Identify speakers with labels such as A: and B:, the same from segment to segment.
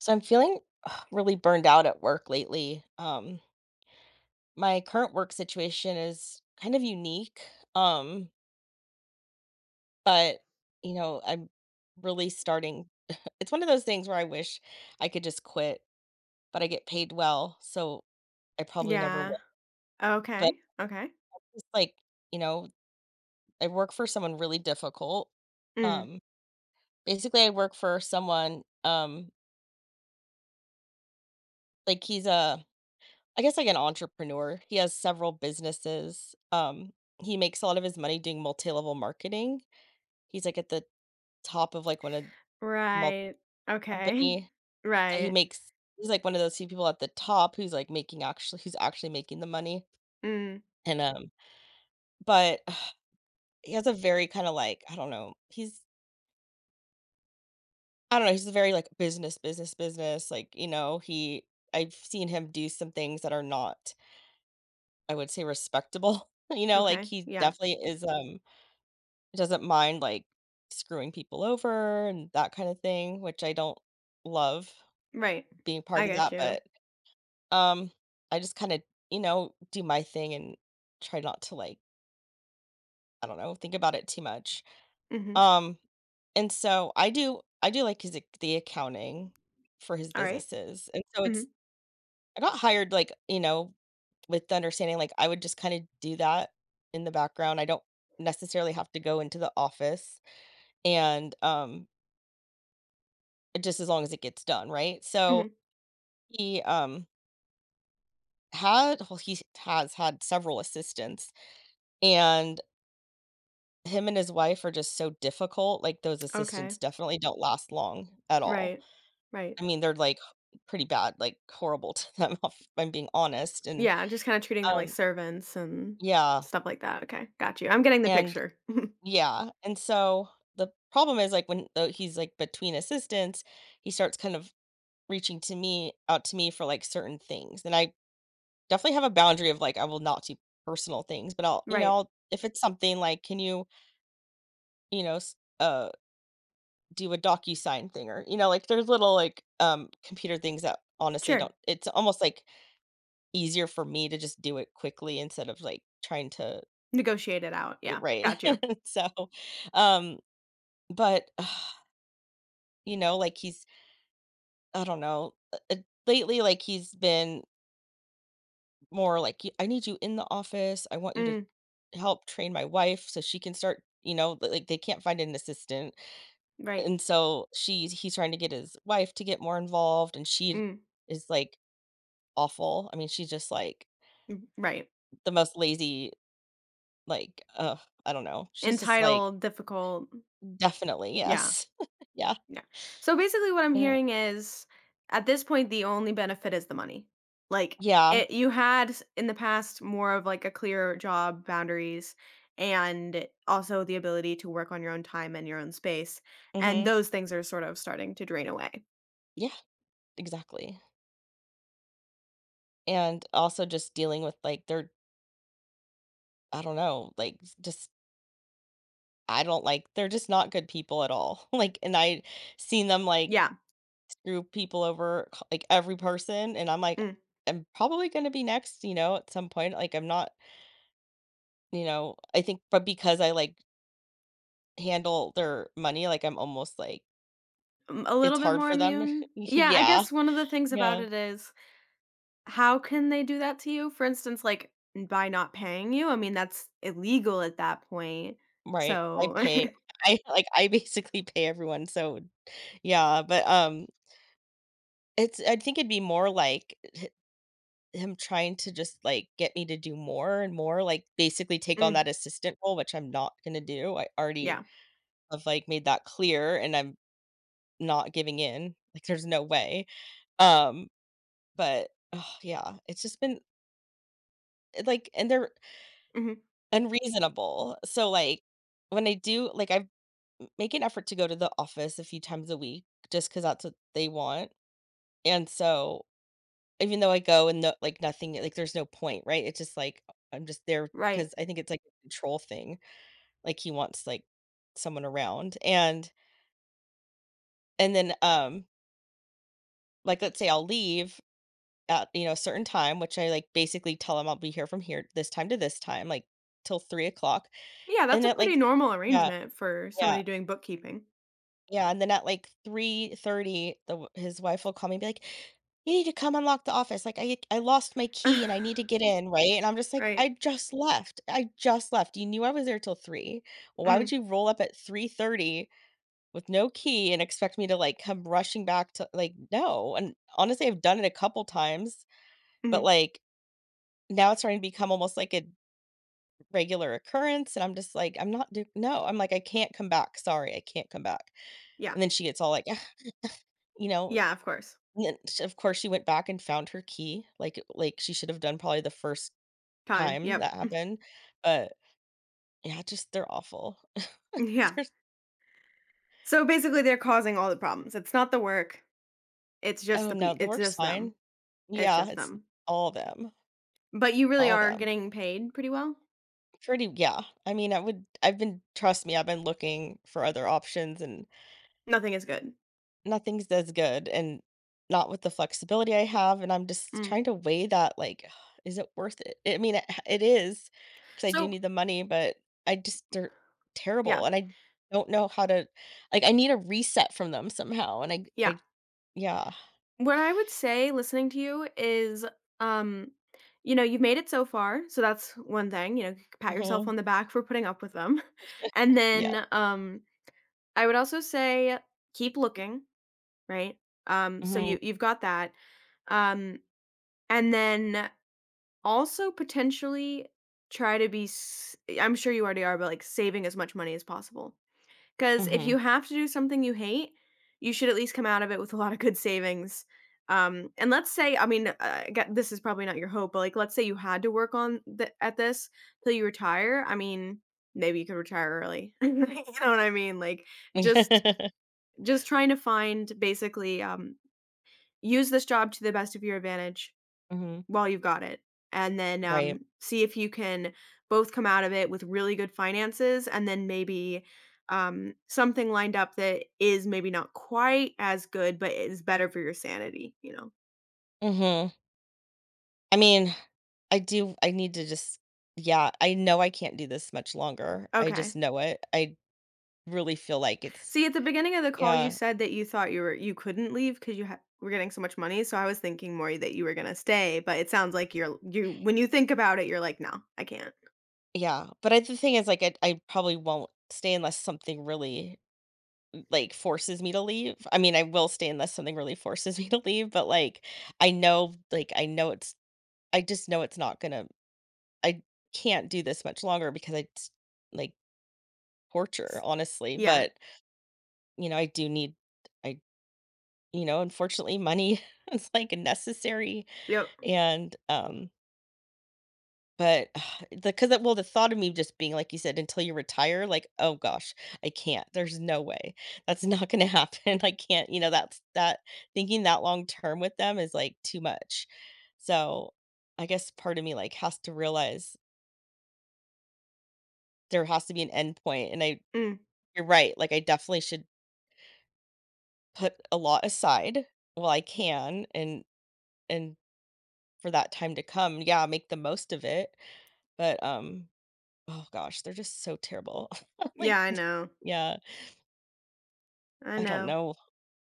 A: So I'm feeling really burned out at work lately. My current work situation is kind of unique. Um, but I'm really starting. It's one of those things where I wish I could just quit, but I get paid well, so I probably never
B: Yeah.
A: will. But
B: Okay. Okay.
A: it's like, you know, I work for someone really difficult.
B: Mm.
A: Um, Basically, I work for someone. Like he's a I guess like an entrepreneur. He has several businesses. He makes a lot of his money doing multi-level marketing. He's like at the top of like one of multi
B: Right. Okay.
A: company. So
B: Right.
A: he's like one of those few people at the top who's like making actually who's actually making the money.
B: Mm.
A: And but he has a very kind of like I don't know. He's a very like business, business, business. Like you know, he I've seen him do some things that are not I would say respectable. You know, like
B: Okay.
A: he
B: Yeah.
A: definitely is doesn't mind like screwing people over and that kind of thing, which I don't love
B: Right.
A: being part
B: I
A: of
B: get
A: that,
B: you.
A: but um I just kind of, do my thing and try not to like, I don't know, think about it too much.
B: Mhm.
A: Um and so I do like his the accounting for his
B: Alright.
A: businesses. And so it's
B: Mhm.
A: I got hired like, you know, with the understanding like I would just kind of do that in the background. I don't necessarily have to go into the office and just as long as it gets done, right? So
B: Mhm.
A: he um he has had several assistants, and him and his wife are just so difficult. Like those
B: Okay.
A: assistants definitely don't last long at all.
B: Right. Right.
A: I mean, they're like pretty bad, like horrible to them if I'm being honest. And
B: Yeah, just kinda treating them like
A: um
B: servants and
A: yeah.
B: stuff like that. Okay. Got you. I'm getting the
A: And
B: picture.
A: yeah. And so the problem is like when though he's like between assistants, he starts kind of reaching to me out to me for like certain things. And I definitely have a boundary of, like, I will not do personal things, but I'll, you know,
B: Right.
A: I'll, if it's something like, "Can you" you know, s uh, "do a docu sign thing?" Or, you know, like, there's little, like, computer things that honestly don't,
B: Sure.
A: it's almost, like, easier for me to just do it quickly instead of, like, trying to,
B: Negotiate it out. Yeah.
A: right.
B: Got you.
A: So, um, but, you know, like, he's I don't know, lately, like, he's been more like, "Y I need you in the office. I want you to
B: Mm.
A: help train my wife so she can start." You know, li like, they can't find an assistant,
B: Right.
A: and so she's he's trying to get his wife to get more involved, and she
B: Mm.
A: is, like, awful. I mean, she's just, like,
B: Right.
A: the most lazy, like, ugh, I don't know. She's just, like
B: Entitled, difficult.
A: definitely,
B: Yeah.
A: yes. Yeah.
B: Yeah. So basically what I'm
A: Yeah.
B: hearing is at this point the only benefit is the money. Like
A: Yeah.
B: it you had in the past more of like a clear job boundaries, and also the ability to work on your own time and your own space, and
A: Mhm.
B: those things are sort of starting to drain away.
A: Yeah, exactly, and also just dealing with, like, their I don't know, like, s just I don't like they're just not good people at all. Like, and I seen them, like,
B: Yeah.
A: screw people over, c like, every person, and I'm like,
B: mm,
A: "I'm probably gonna be next," you know, at some point, like, I'm not, you know, I think, but because I, like, handle their money, like, I'm almost like
B: A
A: it's
B: little bit
A: hard
B: more
A: for them.
B: immune. Yeah, I
A: Yeah,
B: guess one of the things about
A: yeah,
B: it is how can they do that to you? For instance, by not paying you. I mean, that's illegal at that point.
A: right.
B: So,
A: I like, I basically pay everyone, so yeah, but, it's I think it'd be more like him trying to just, like, get me to do more and more, like, basically take on
B: mm,
A: that assistant role, which I'm not gonna do. I already
B: yeah.
A: have, like, made that clear, and I'm not giving in. Like, there's no way. Um, but, oh, yeah, it's just been like and they're
B: Mhm.
A: unreasonable. So, like, when I do, like, I make an effort to go to the office a few times a week just because that's what they want, and so even though I go and no, like, nothing, like, there's no point, right? It's just like, I'm just there
B: Right.
A: because I think it's like a control thing, like, he wants, like, someone around, and then, like, let's say I'll leave at, you know, a certain time, which I, like, basically tell him I'll be here from here this time to this time, like, till 3 o'clock,
B: Yeah,
A: and
B: that's a
A: it
B: pretty
A: like
B: normal
A: yeah,
B: arrangement for
A: yeah.
B: somebody doing bookkeeping.
A: Yeah, and then at, like, 3:30, the w his wife will call me and be like, "You need to come unlock the office." Like, "I lost my key and I need to get in," right? And I'm just like, "I
B: Right.
A: just left. I just left. You knew I was there till 3. Well, why would
B: Mm,
A: you roll up at 3:30 with no key and expect me to, like, come rushing back to" like, no, and honestly, I've done it a couple times, but,
B: mhm.
A: like, now it's starting to become almost like a regular occurrence, and I'm just like, "I'm not do," no, I'm like, "I can't come back. Sorry, I can't come back."
B: Yeah.
A: And then she gets all like, you know,
B: Yeah, of course.
A: and then sh of course, she went back and found her key, like she should have done probably the first
B: Time,
A: time
B: yep.
A: that happened, but yeah, just they're awful.
B: Yeah.
A: There's
B: So basically they're causing all the problems. It's not the work, it's just
A: oh,
B: the pe
A: no, the
B: it's
A: work's
B: just them.
A: fine.
B: It's
A: Yeah,
B: just
A: it's
B: them.
A: all them,
B: But you really
A: all
B: are
A: them.
B: getting paid pretty well?
A: Pretty yeah, I mean, I've been, trust me, I've been looking for other options and
B: Nothing is good.
A: nothing's as good, and not with the flexibility I have, and I'm just
B: Mm.
A: trying to weigh that, like, is it worth it? I mean, it it is, because I do
B: So
A: need the money, but I just they're
B: yeah,
A: terrible, and I don't know how to like, I need a reset from them somehow, and I
B: yeah.
A: I yeah.
B: What I would say listening to you is, um, you've made it so far, so that's one thing, pat yourself
A: Mhm.
B: on the back for putting up with them. And
A: Yeah.
B: then I would also say keep looking, right? So
A: Mhm.
B: you've got that. Um and then also potentially try to be s- I'm sure you already are, but like saving as much money as possible. 'Cause if
A: Mhm.
B: you have to do something you hate, you should at least come out of it with a lot of good savings. And let's say, I mean, g this is probably not your hope, but, like, let's say you had to work on th at this till you retire. I mean, maybe you could retire early. You know what I mean? Like, just
A: Mhm.
B: just trying to find, basically, use this job to the best of your advantage while you've got it. And then,
A: Right.
B: see if you can both come out of it with really good finances, and then maybe something lined up that is maybe not quite as good, but is better for your sanity, you know?
A: Mhm. I mean, I need to just yeah, I know I can't do this much longer. I
B: Okay.
A: just know it. I really feel like it's
B: See, at the beginning of the call, you
A: yeah.
B: said that you thought you couldn't leave because were getting so much money. So I was thinking more that you were gonna stay, but it sounds like you, when you think about it, you're like, no, I can't.
A: Yeah, but I the thing is, like, I probably won't stay unless something really, like, forces me to leave. I mean, I will stay unless something really forces me to leave, but, like, I know, like, I know it's I just know it's not gonna I can't do this much longer because it's, like, torture,
B: S-
A: honestly,
B: Yeah.
A: but, I do need I, you know, unfortunately, money is, like, necessary
B: Yep.
A: and, but the 'cause that well, the thought of me just being, like you said, "Until you retire," like, "Oh gosh, I can't. There's no way. That's not gonna happen. I can't," you know, that's that thinking that long term with them is, like, too much. So, I guess part of me, like, has to realize there has to be an end point, and I
B: Mm.
A: you're right, like, I definitely should put a lot aside while I can and for that time to come, yeah, make the most of it, but, oh gosh, they're just so terrible. Like,
B: Yeah, I know.
A: yeah.
B: I
A: I don't
B: know.
A: know.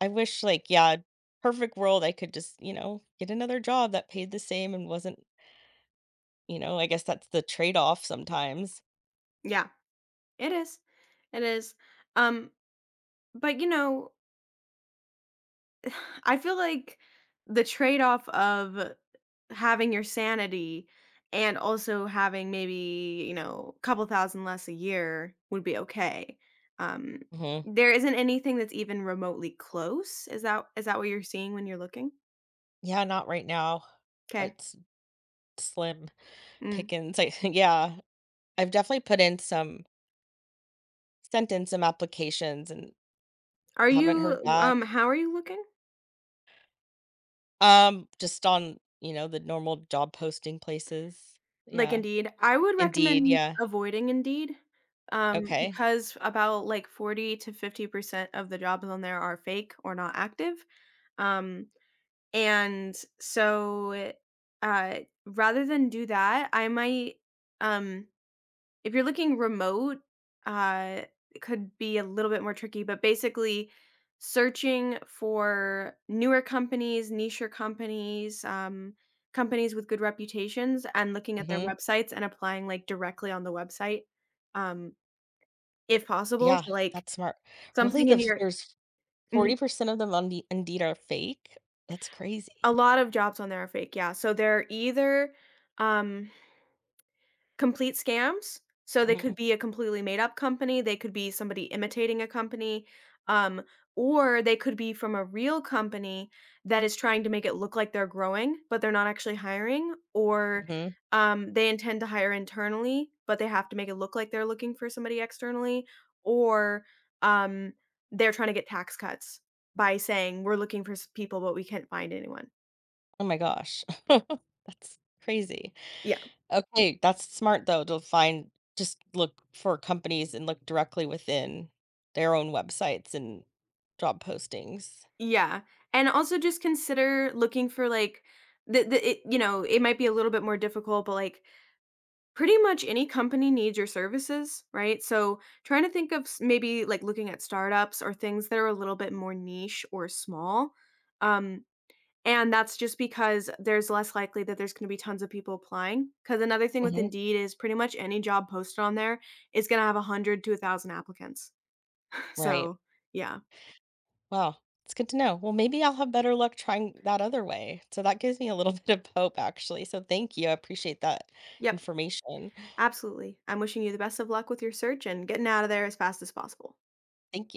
A: I wish, like, yeah, perfect world I could just, you know, get another job that paid the same and wasn't, you know, I guess that's the trade-off sometimes.
B: Yeah. It is. It is. Um, but, I feel like the trade-off of having your sanity and also having, maybe, a couple thousand less a year would be okay. Um,
A: Hmm.
B: there isn't anything that's even remotely close. Is that what you're seeing when you're looking?
A: Yeah, not right now.
B: Okay.
A: It's slim
B: Mm.
A: pickings. I, yeah, I've definitely put in some sent in some applications and
B: Are
A: haven't heard
B: you
A: back.
B: How are you looking?
A: Just on, you know, the normal job posting places.
B: Like
A: Yeah.
B: Indeed. I would
A: Indeed,
B: recommend
A: yeah.
B: avoiding Indeed,
A: Okay.
B: because about like 40 to 50% of the jobs on there are fake or not active, um, and so, uh, rather than do that, I might, um if you're looking remote, uh, it could be a little bit more tricky, but basically searching for newer companies, nicher companies, companies with good reputations, and looking at their
A: Hmm.
B: websites and applying, like, directly on the website, um, if possible.
A: Yeah,
B: So, like,
A: that's smart. Really,
B: something in
A: the
B: your.
A: there's
B: Mhm.
A: 40% of them on the Indeed are fake? That's
B: A
A: crazy.
B: lot of jobs on there are fake, yeah. So they're either, um complete scams. So they could
A: Mhm,
B: be a completely made up company, they could be somebody imitating a company, um, or they could be from a real company that is trying to make it look like they're growing, but they're not actually hiring, or,
A: mhm.
B: they intend to hire internally, but they have to make it look like they're looking for somebody externally, or, um, they're trying to get tax cuts by saying, "We're looking for s people, but we can't find anyone."
A: Oh my gosh. That's crazy.
B: Yeah.
A: Okay, that's smart though to find just look for companies and look directly within their own websites and job postings.
B: Yeah, and also just consider looking for like it might be a little bit more difficult, but like pretty much any company needs your services, right? So trying to think of maybe like looking at startups or things that are a little bit more niche or small, um, and that's just because there's less likely that there's going to be tons of people applying. Because another thing with
A: Mhm.
B: Indeed is pretty much any job posted on there is going to have 100 to 1,000 applicants.
A: Right.
B: So yeah,
A: Wow, it's good to know. Well, maybe I'll have better luck trying that other way. So that gives me a little bit of hope actually. So thank you. I appreciate that
B: yep.
A: information.
B: Absolutely. I'm wishing you the best of luck with your search and getting out of there as fast as possible.
A: Thank you.